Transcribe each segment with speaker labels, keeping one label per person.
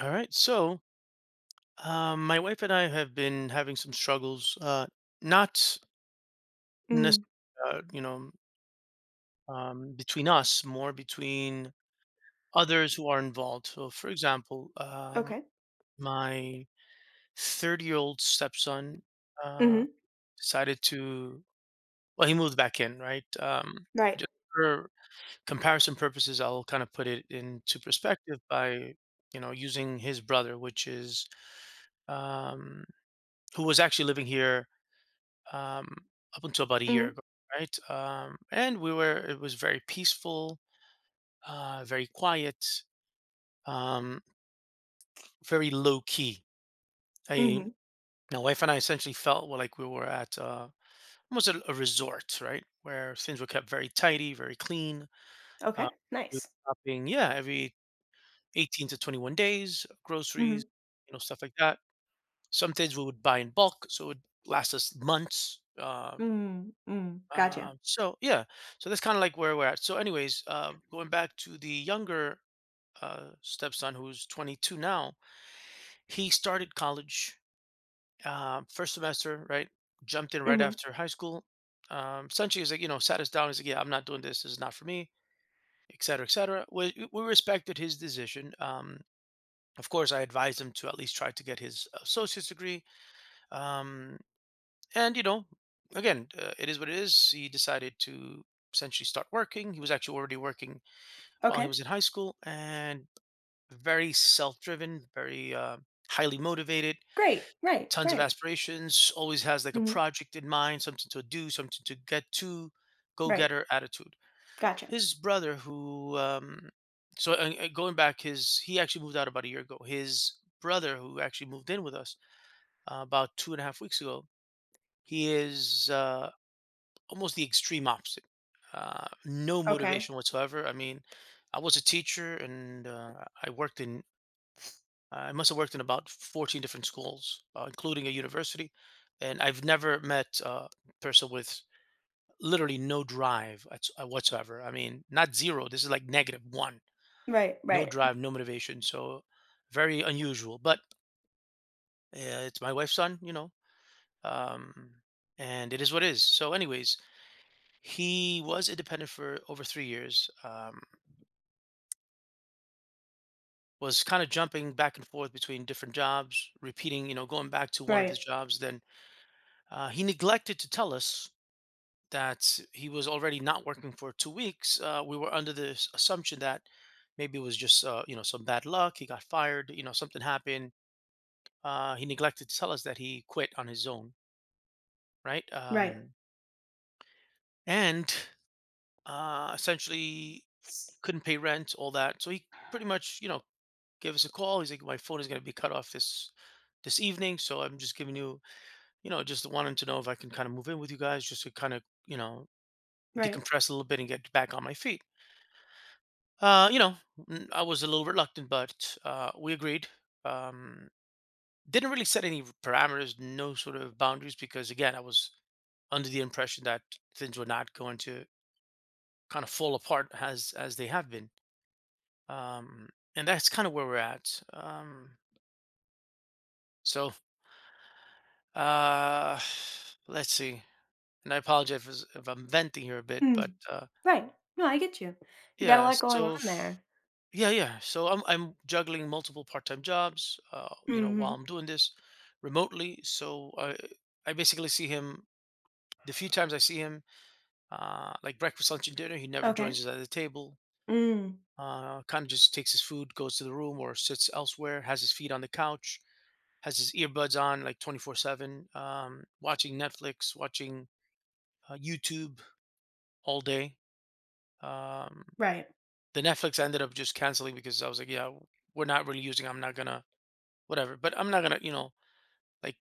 Speaker 1: All right. So, my wife and I have been having some struggles, not necessarily,
Speaker 2: Mm,
Speaker 1: uh, you know, between us, more between others who are involved. So, for example,
Speaker 2: okay.
Speaker 1: my 30-year-old stepson uh,
Speaker 2: Mhm.
Speaker 1: decided to, well, he moved back in, right?
Speaker 2: Right.
Speaker 1: Just for comparison purposes, I'll kind of put it into perspective by, you know, using his brother, which is um, who was actually living here, um, up until about a year
Speaker 2: Mhm.
Speaker 1: ago, right? And we were it was very peaceful, very quiet, um, very low key. I
Speaker 2: Mhm.
Speaker 1: My wife and I essentially felt, well, like we were at almost a resort, right, where things were kept very tidy, very clean. Uh,
Speaker 2: Okay.
Speaker 1: we were
Speaker 2: Nice.
Speaker 1: shopping, yeah, every 18 to 21 days, groceries,
Speaker 2: Mhm.
Speaker 1: you know, stuff like that. Some things we would buy in bulk, so it would last us months.
Speaker 2: Mm, mm. Gotcha.
Speaker 1: Um, so yeah, so that's kind of like where we're at. So, anyways, going back to the younger stepson who's 22 now, he started college first semester, right? Jumped in right
Speaker 2: Mhm.
Speaker 1: after high school. Essentially, he's like, you know, sat us down. He's like, yeah, I'm not doing this. This is not for me, et cetera, et cetera. We respected his decision. Of course, I advised him to at least try to get his associate's degree. Um, and, you know, again, it is what it is. He decided to essentially start working. He was actually already working while he
Speaker 2: Okay.
Speaker 1: was in high school, and very self-driven, very highly motivated,
Speaker 2: Great. Right.
Speaker 1: tons of
Speaker 2: Right.
Speaker 1: aspirations, always has like a
Speaker 2: Mhm.
Speaker 1: project in mind, something to do, something to get to,
Speaker 2: Right.
Speaker 1: go-getter attitude.
Speaker 2: Gotcha.
Speaker 1: His brother, who going back, his, he actually moved out about a year ago. His brother, who actually moved in with us about 2.5 weeks ago, he is almost the extreme opposite. No
Speaker 2: Okay.
Speaker 1: motivation whatsoever. I mean, I was a teacher, and I worked in, I must have worked in about 14 different schools, including a university. And I've never met a person with literally no drive whatsoever. I mean, not zero. This is like negative one.
Speaker 2: Right.
Speaker 1: No
Speaker 2: Right.
Speaker 1: drive, no motivation. So very unusual. But it's my wife's son, you know, um, and it is what it is. So, anyways, he was independent for over 3 years. Was kind of jumping back and forth between different jobs, repeating, you know, going back to one of
Speaker 2: Right.
Speaker 1: his jobs. Then he neglected to tell us that he was already not working for 2 weeks. We were under the assumption that maybe it was just, you know, some bad luck. He got fired, you know, something happened. He neglected to tell us that he quit on his own, right?
Speaker 2: Right.
Speaker 1: And essentially
Speaker 2: S-
Speaker 1: couldn't pay rent, all that. So he pretty much, you know, gave us a call. He's like, my phone is going to be cut off this evening, so I'm just giving you know, just wanting to know if I can kind of move in with you guys just to kind of, you know,
Speaker 2: Right.
Speaker 1: decompress a little bit and get back on my feet. You know, I was a little reluctant, but we agreed. Um, didn't really set any parameters, no sort of boundaries, because, again, I was under the impression that things were not going to kind of fall apart as they have been. Um, and that's kind of where we're at. So uh, let's see. And I apologize if, if I'm venting here a bit, but
Speaker 2: Mm. Right. No, I get you. You got a
Speaker 1: yeah,
Speaker 2: lot going
Speaker 1: so.
Speaker 2: on there.
Speaker 1: Yeah, yeah. So I'm juggling multiple part-time jobs, you know, while
Speaker 2: Mhm.
Speaker 1: I'm doing this remotely. So I basically see him, the few times I see him, like breakfast, lunch, and dinner. He never
Speaker 2: Okay.
Speaker 1: joins us at the table.
Speaker 2: Mm.
Speaker 1: Kind of just takes his food, goes to the room, or sits elsewhere. Has his feet on the couch. Has his earbuds on, like 24/7, watching Netflix, watching YouTube all day. Um,
Speaker 2: Right.
Speaker 1: the Netflix I ended up just canceling because I was like, yeah, we're not really using. I'm not gonna whatever. But I'm not gonna, you know, like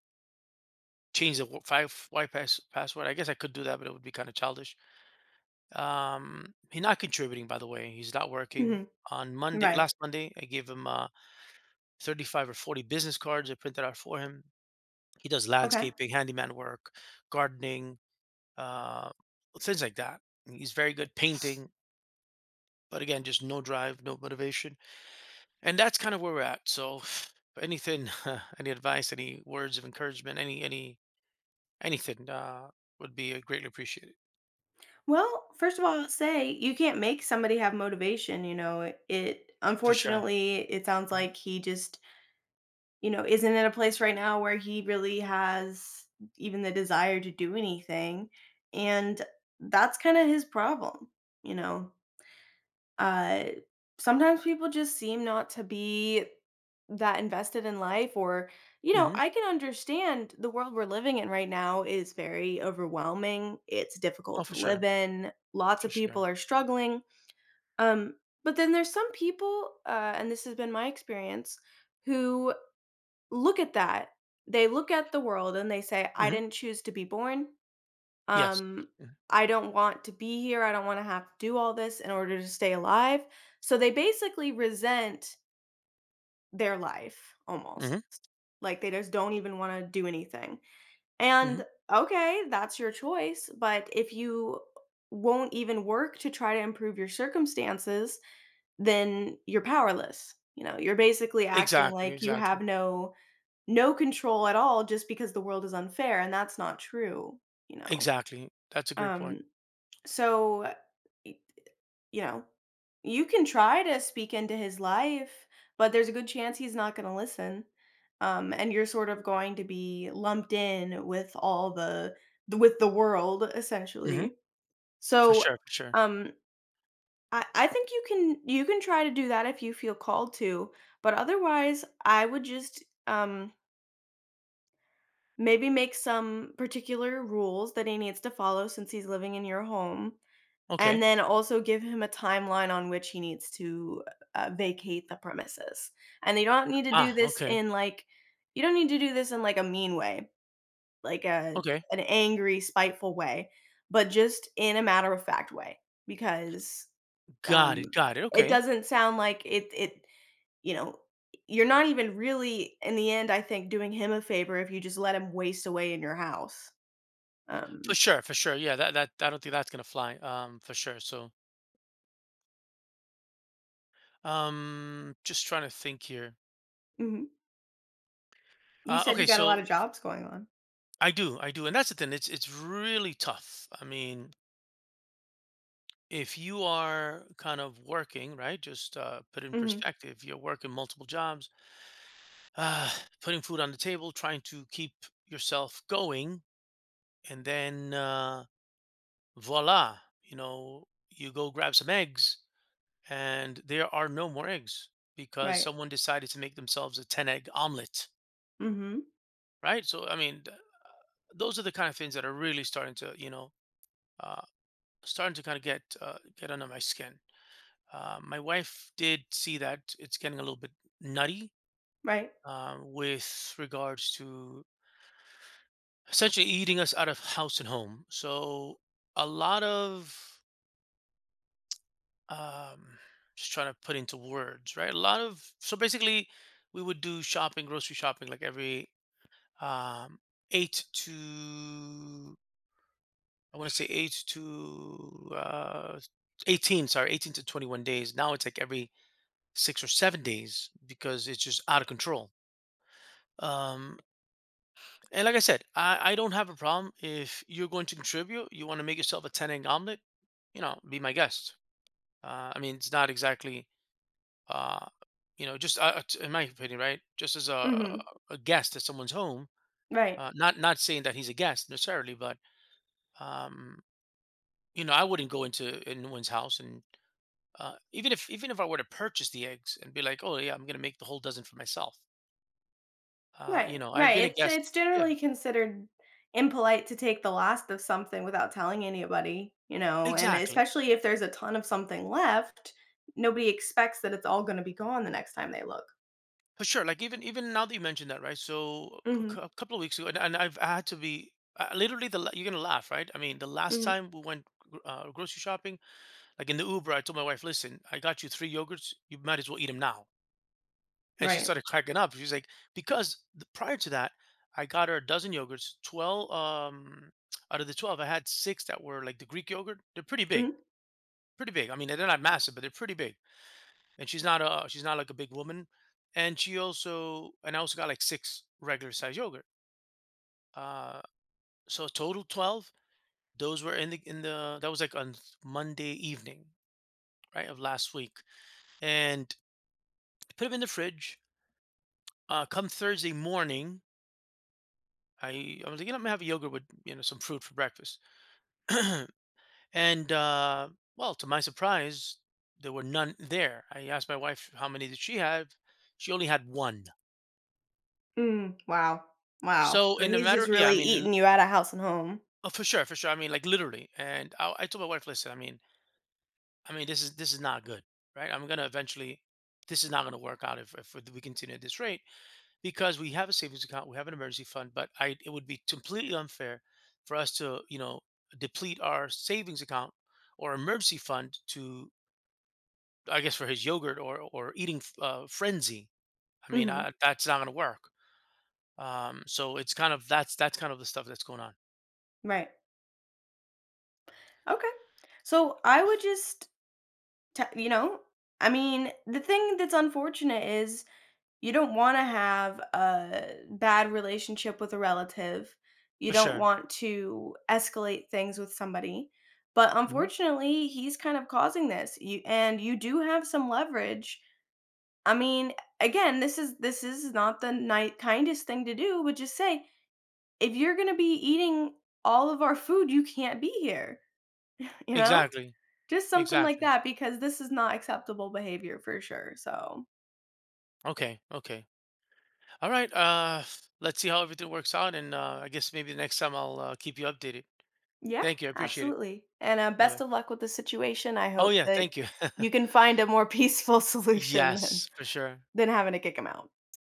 Speaker 1: change the five Y pass password. I guess I could do that, but it would be kind of childish. He's not contributing, by the way. He's not working.
Speaker 2: Mhm.
Speaker 1: On Monday,
Speaker 2: Right.
Speaker 1: last Monday, I gave him 35 or 40 business cards I printed out for him. He does
Speaker 2: Okay.
Speaker 1: landscaping, handyman work, gardening, uh, things like that. He's very good painting, but, again, just no drive, no motivation, and that's kind of where we're at. So, anything, any advice, any words of encouragement, anything, would be, greatly appreciated.
Speaker 2: Well, first of all, I'll say you can't make somebody have motivation, you know. It
Speaker 1: For sure.
Speaker 2: unfortunately, it sounds
Speaker 1: Mhm.
Speaker 2: like he just you know, isn't in a place right now where he really has even the desire to do anything, and that's kinda his problem, you know? Uh, Sometimes people just seem not to be that invested in life or you know,
Speaker 1: Mhm.
Speaker 2: I can understand the world we're living in right now is very overwhelming, it's
Speaker 1: Oh,
Speaker 2: difficult to
Speaker 1: for
Speaker 2: live
Speaker 1: sure.
Speaker 2: in, lots
Speaker 1: For
Speaker 2: of people
Speaker 1: sure.
Speaker 2: are struggling, um, but then there's some people, and this has been my experience, who look at that. They look at the world and they say, "I
Speaker 1: Mhm.
Speaker 2: didn't choose to be born.
Speaker 1: Yes.
Speaker 2: Um,
Speaker 1: Mhm.
Speaker 2: I don't want to be here. I don't wanna have to do all this in order to stay alive." So they basically resent their life almost.
Speaker 1: Mhm.
Speaker 2: Like, they just don't even wanna do anything. And,
Speaker 1: Mhm.
Speaker 2: okay, that's your choice, but if you won't even work to try to improve your circumstances, then you're powerless. You know, you're basically acting
Speaker 1: Exactly,
Speaker 2: like you
Speaker 1: exactly.
Speaker 2: have no control at all just because the world is unfair and that's not true, you know?
Speaker 1: Exactly. That's a great point.
Speaker 2: Um, so, y- you know, you can try to speak into his life, but there's a good chance he's not going to listen. And you're sort of going to be lumped in with all the with the world
Speaker 1: Mhm.
Speaker 2: essentially.
Speaker 1: For
Speaker 2: So,
Speaker 1: sure, for sure.
Speaker 2: um, I think you can try to do that if you feel called to, but otherwise, I would just maybe make some particular rules that he needs to follow since he's living in your home, and
Speaker 1: Okay.
Speaker 2: then also give him a timeline on which he needs to, vacate the premises. And
Speaker 1: Ah, okay.
Speaker 2: you don't need to do this in, like, a mean way, like a
Speaker 1: Okay.
Speaker 2: an angry, spiteful way, but just in a matter-of-fact way because, um,
Speaker 1: Got it,
Speaker 2: it
Speaker 1: okay.
Speaker 2: doesn't sound like it you know, you're not even really in the end, I think, doing him a favor if you just let him waste away in your house.
Speaker 1: For
Speaker 2: Um,
Speaker 1: sure, for sure. Yeah, that I don't think that's gonna fly, for sure. So, just trying to think here.
Speaker 2: mhm. You said
Speaker 1: Okay,
Speaker 2: you got a lot of
Speaker 1: so
Speaker 2: jobs going on.
Speaker 1: I do, and that's the thing, it's really tough. I mean, if you are kind of working, right? Just put in
Speaker 2: Mhm.
Speaker 1: perspective, you're working multiple jobs, uh, putting food on the table, trying to keep yourself going, and then voila, you know, you go grab some eggs, and there are no more eggs because
Speaker 2: Right.
Speaker 1: someone decided to make themselves a ten egg omelet,
Speaker 2: Mhm.
Speaker 1: right? So I mean, those are the kind of things that are really starting to, you know, uh, starting to kind of get under my skin. My wife did see that it's getting a little bit nutty
Speaker 2: Right.
Speaker 1: with regards to essentially eating us out of house and home. So a lot of um, just trying to put into words, right? A lot of, so basically we would do shopping, grocery shopping, like every um, eight to, I want to say eight to 18, sorry, 18 to 21 days. Now it's like every 6 or 7 days because it's just out of control. Um, and like I said, I don't have a problem if you're going to contribute. You want to make yourself a ten egg omelet, you know, be my guest. I mean, it's not exactly, uh, you know, just in my opinion, right? Just as a
Speaker 2: Mhm.
Speaker 1: a guest at someone's home.
Speaker 2: Right.
Speaker 1: Not, not saying that he's a guest necessarily, but um, you know, I wouldn't go into anyone's house and even if, I were to purchase the eggs and be like, oh yeah, I'm gonna make the whole dozen for myself. You
Speaker 2: Right.
Speaker 1: know, I've
Speaker 2: Right.
Speaker 1: been a
Speaker 2: It's
Speaker 1: guest. Yeah,
Speaker 2: generally considered impolite to take the last of something without telling anybody, you know, and
Speaker 1: exactly.
Speaker 2: especially if there's a ton of something left, nobody expects that it's all gonna be gone the next time they look.
Speaker 1: For sure. Like even now that you mentioned that, right? So
Speaker 2: Mhm.
Speaker 1: a couple of weeks ago, and, and I had to be literally you're gonna laugh, right? I mean, the last
Speaker 2: Mhm.
Speaker 1: time we went grocery shopping, like in the Uber, I told my wife, "Listen, I got you three yogurts. You might as well eat them now." And she
Speaker 2: Right.
Speaker 1: started cracking up. She's like, "Because, the, prior to that, I got her a dozen yogurts. 12. Out of the 12, I had six that were like the Greek yogurt. They're pretty big,
Speaker 2: Mhm.
Speaker 1: pretty big. I mean, they're not massive, but they're pretty big." And she's not like a big woman. And she also, and I also got like six regular size yogurt, uh so total 12. Those were in the, that was like on Monday evening, right, of last week. And put them in the fridge. Come Thursday morning, I was like, you know, I'm gonna have a yogurt with, you know, some fruit for breakfast. And well, to my surprise, there were none there. I asked my wife how many did she have. She only had one.
Speaker 2: Mm, wow. Wow.
Speaker 1: So,
Speaker 2: So
Speaker 1: in a
Speaker 2: he's
Speaker 1: matter,
Speaker 2: just
Speaker 1: yeah, I
Speaker 2: really
Speaker 1: mean.
Speaker 2: eating you out of house and home.
Speaker 1: Oh, for sure, for sure. I mean, like, literally. And I told my wife, listen, I mean, this is not good, right? I'm gonna eventually, this is not gonna work out if we continue at this rate, because we have a savings account, we have an emergency fund, but I, it would be completely unfair for us to, you know, deplete our savings account or emergency fund to, I guess, for his yogurt or eating frenzy. I mean,
Speaker 2: Mhm.
Speaker 1: I, that's not gonna work. So it's kind of, that's kind of the stuff that's going on,
Speaker 2: Right. Okay. So I would just te you know, I mean, the thing that's unfortunate is you don't wanna have a bad relationship with a relative. You
Speaker 1: for
Speaker 2: don't
Speaker 1: sure.
Speaker 2: want to escalate things with somebody, but
Speaker 1: Hmm.
Speaker 2: unfortunately, he's kind of causing this. You and you do have some leverage. I mean, again, this is not the ni kindest thing to do, but just say, if you're gonna be eating all of our food, you can't be here, you know?
Speaker 1: Exactly,
Speaker 2: Just something like
Speaker 1: exactly.
Speaker 2: that because this is not acceptable behavior for sure. So,
Speaker 1: Okay, okay. All right. Let's see how everything works out, and I guess maybe the next time I'll keep you updated.
Speaker 2: yeah,
Speaker 1: Thank you. I appreciate it.
Speaker 2: absolutely. And
Speaker 1: Bye
Speaker 2: best
Speaker 1: bye.
Speaker 2: of luck with the situation. I
Speaker 1: Oh
Speaker 2: hope
Speaker 1: yeah,
Speaker 2: that
Speaker 1: thank you.
Speaker 2: you can find a more peaceful solution
Speaker 1: Yes, for sure.
Speaker 2: than having to kick him out.